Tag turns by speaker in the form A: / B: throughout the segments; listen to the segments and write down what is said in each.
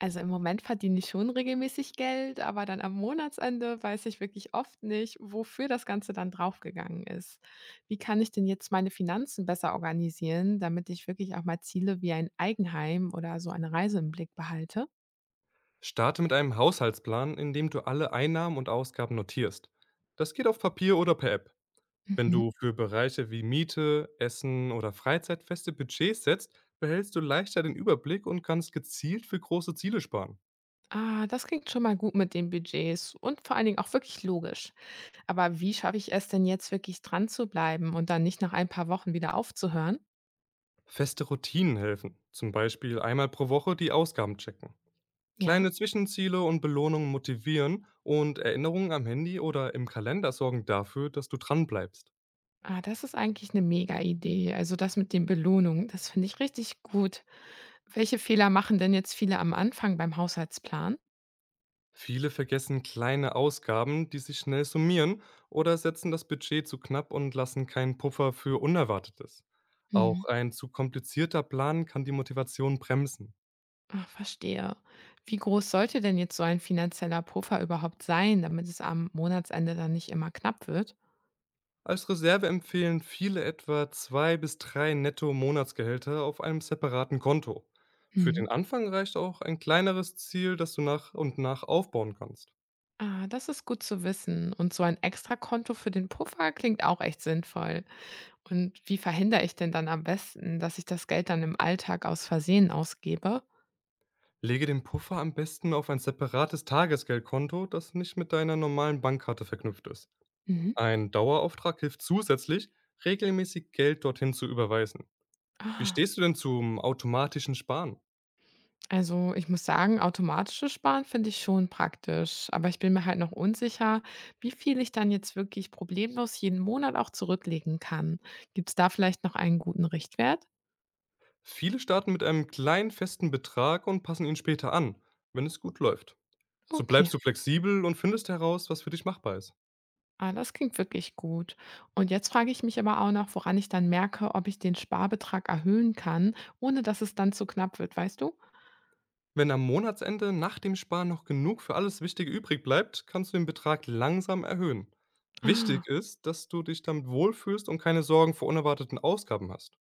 A: Also, im Moment verdiene ich schon regelmäßig Geld, aber dann am Monatsende weiß ich wirklich oft nicht, wofür das Ganze dann draufgegangen ist. Wie kann ich denn jetzt meine Finanzen besser organisieren, damit ich wirklich auch mal Ziele wie ein Eigenheim oder so eine Reise im Blick behalte?
B: Starte mit einem Haushaltsplan, in dem du alle Einnahmen und Ausgaben notierst. Das geht auf Papier oder per App. Wenn
A: Mhm.
B: du für Bereiche wie Miete, Essen oder Freizeit feste Budgets setzt, behältst du leichter den Überblick und kannst gezielt für große Ziele sparen.
A: Ah, das klingt schon mal gut mit den Budgets und vor allen Dingen auch wirklich logisch. Aber wie schaffe ich es denn jetzt wirklich dran zu bleiben und dann nicht nach ein paar Wochen wieder aufzuhören?
B: Feste Routinen helfen, zum Beispiel einmal pro Woche die Ausgaben checken.
A: Ja.
B: Kleine Zwischenziele und Belohnungen motivieren und Erinnerungen am Handy oder im Kalender sorgen dafür, dass du dranbleibst.
A: Ah, das ist eigentlich eine Mega-Idee. Also, das mit den Belohnungen, das finde ich richtig gut. Welche Fehler machen denn jetzt viele am Anfang beim Haushaltsplan?
B: Viele vergessen kleine Ausgaben, die sich schnell summieren, oder setzen das Budget zu knapp und lassen keinen Puffer für Unerwartetes.
A: Mhm.
B: Auch ein zu komplizierter Plan kann die Motivation bremsen.
A: Ah, verstehe. Wie groß sollte denn jetzt so ein finanzieller Puffer überhaupt sein, damit es am Monatsende dann nicht immer knapp wird?
B: Als Reserve empfehlen viele etwa zwei bis drei Netto-Monatsgehälter auf einem separaten Konto. Für
A: Mhm.
B: den Anfang reicht auch ein kleineres Ziel, das du nach und nach aufbauen kannst.
A: Ah, das ist gut zu wissen. Und so ein Extrakonto für den Puffer klingt auch echt sinnvoll. Und wie verhindere ich denn dann am besten, dass ich das Geld dann im Alltag aus Versehen ausgebe?
B: Lege den Puffer am besten auf ein separates Tagesgeldkonto, das nicht mit deiner normalen Bankkarte verknüpft ist.
A: Mhm.
B: Ein Dauerauftrag hilft zusätzlich, regelmäßig Geld dorthin zu überweisen. Wie
A: Ah.
B: stehst du denn zum automatischen Sparen?
A: Also, ich muss sagen, automatisches Sparen finde ich schon praktisch, aber ich bin mir halt noch unsicher, wie viel ich dann jetzt wirklich problemlos jeden Monat auch zurücklegen kann. Gibt es da vielleicht noch einen guten Richtwert?
B: Viele starten mit einem kleinen festen Betrag und passen ihn später an, wenn es gut läuft. So
A: Okay,
B: bleibst du flexibel und findest heraus, was für dich machbar ist.
A: ah, das klingt wirklich gut. Und jetzt frage ich mich aber auch noch, woran ich dann merke, ob ich den Sparbetrag erhöhen kann, ohne dass es dann zu knapp wird, weißt du?
B: Wenn am Monatsende nach dem Sparen noch genug für alles Wichtige übrig bleibt, kannst du den Betrag langsam erhöhen. Wichtig
A: Ah,
B: ist, dass du dich damit wohlfühlst und keine Sorgen vor unerwarteten Ausgaben hast.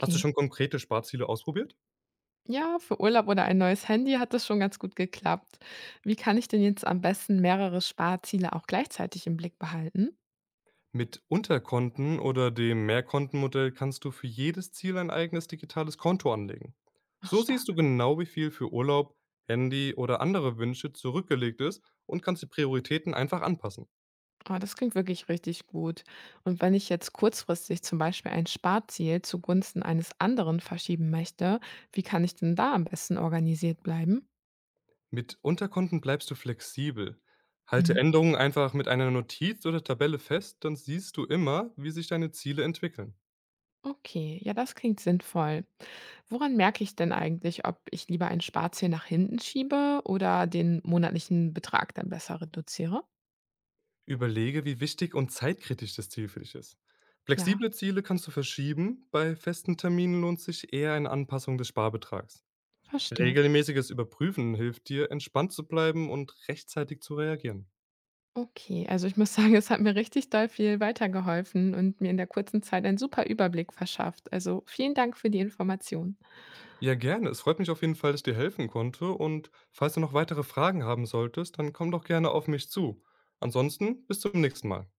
B: Hast du schon konkrete Sparziele ausprobiert?
A: Ja, für Urlaub oder ein neues Handy hat das schon ganz gut geklappt. Wie kann ich denn jetzt am besten mehrere Sparziele auch gleichzeitig im Blick behalten?
B: Mit Unterkonten oder dem Mehrkontenmodell kannst du für jedes Ziel ein eigenes digitales Konto anlegen.
A: Ach,
B: So siehst du
A: stark.
B: genau, wie viel für Urlaub, Handy oder andere Wünsche zurückgelegt ist und kannst die Prioritäten einfach anpassen.
A: Ah, das klingt wirklich richtig gut. Und wenn ich jetzt kurzfristig zum Beispiel ein Sparziel zugunsten eines anderen verschieben möchte, wie kann ich denn da am besten organisiert bleiben?
B: Mit Unterkonten bleibst du flexibel. Halte
A: Hm.
B: Änderungen einfach mit einer Notiz oder Tabelle fest, dann siehst du immer, wie sich deine Ziele entwickeln.
A: Okay, ja, das klingt sinnvoll. Woran merke ich denn eigentlich, ob ich lieber ein Sparziel nach hinten schiebe oder den monatlichen Betrag dann besser reduziere?
B: Überlege, wie wichtig und zeitkritisch das Ziel für dich ist.
A: Ja,
B: Flexible Ziele kannst du verschieben, bei festen Terminen lohnt sich eher eine Anpassung des Sparbetrags.
A: verstehe.
B: Regelmäßiges Überprüfen hilft dir, entspannt zu bleiben und rechtzeitig zu reagieren.
A: Okay, also ich muss sagen, es hat mir richtig doll viel weitergeholfen und mir in der kurzen Zeit einen super Überblick verschafft. Also vielen Dank für die Information.
B: Ja, gerne. Es freut mich auf jeden Fall, dass ich dir helfen konnte. Und falls du noch weitere Fragen haben solltest, dann komm doch gerne auf mich zu. Ansonsten bis zum nächsten Mal.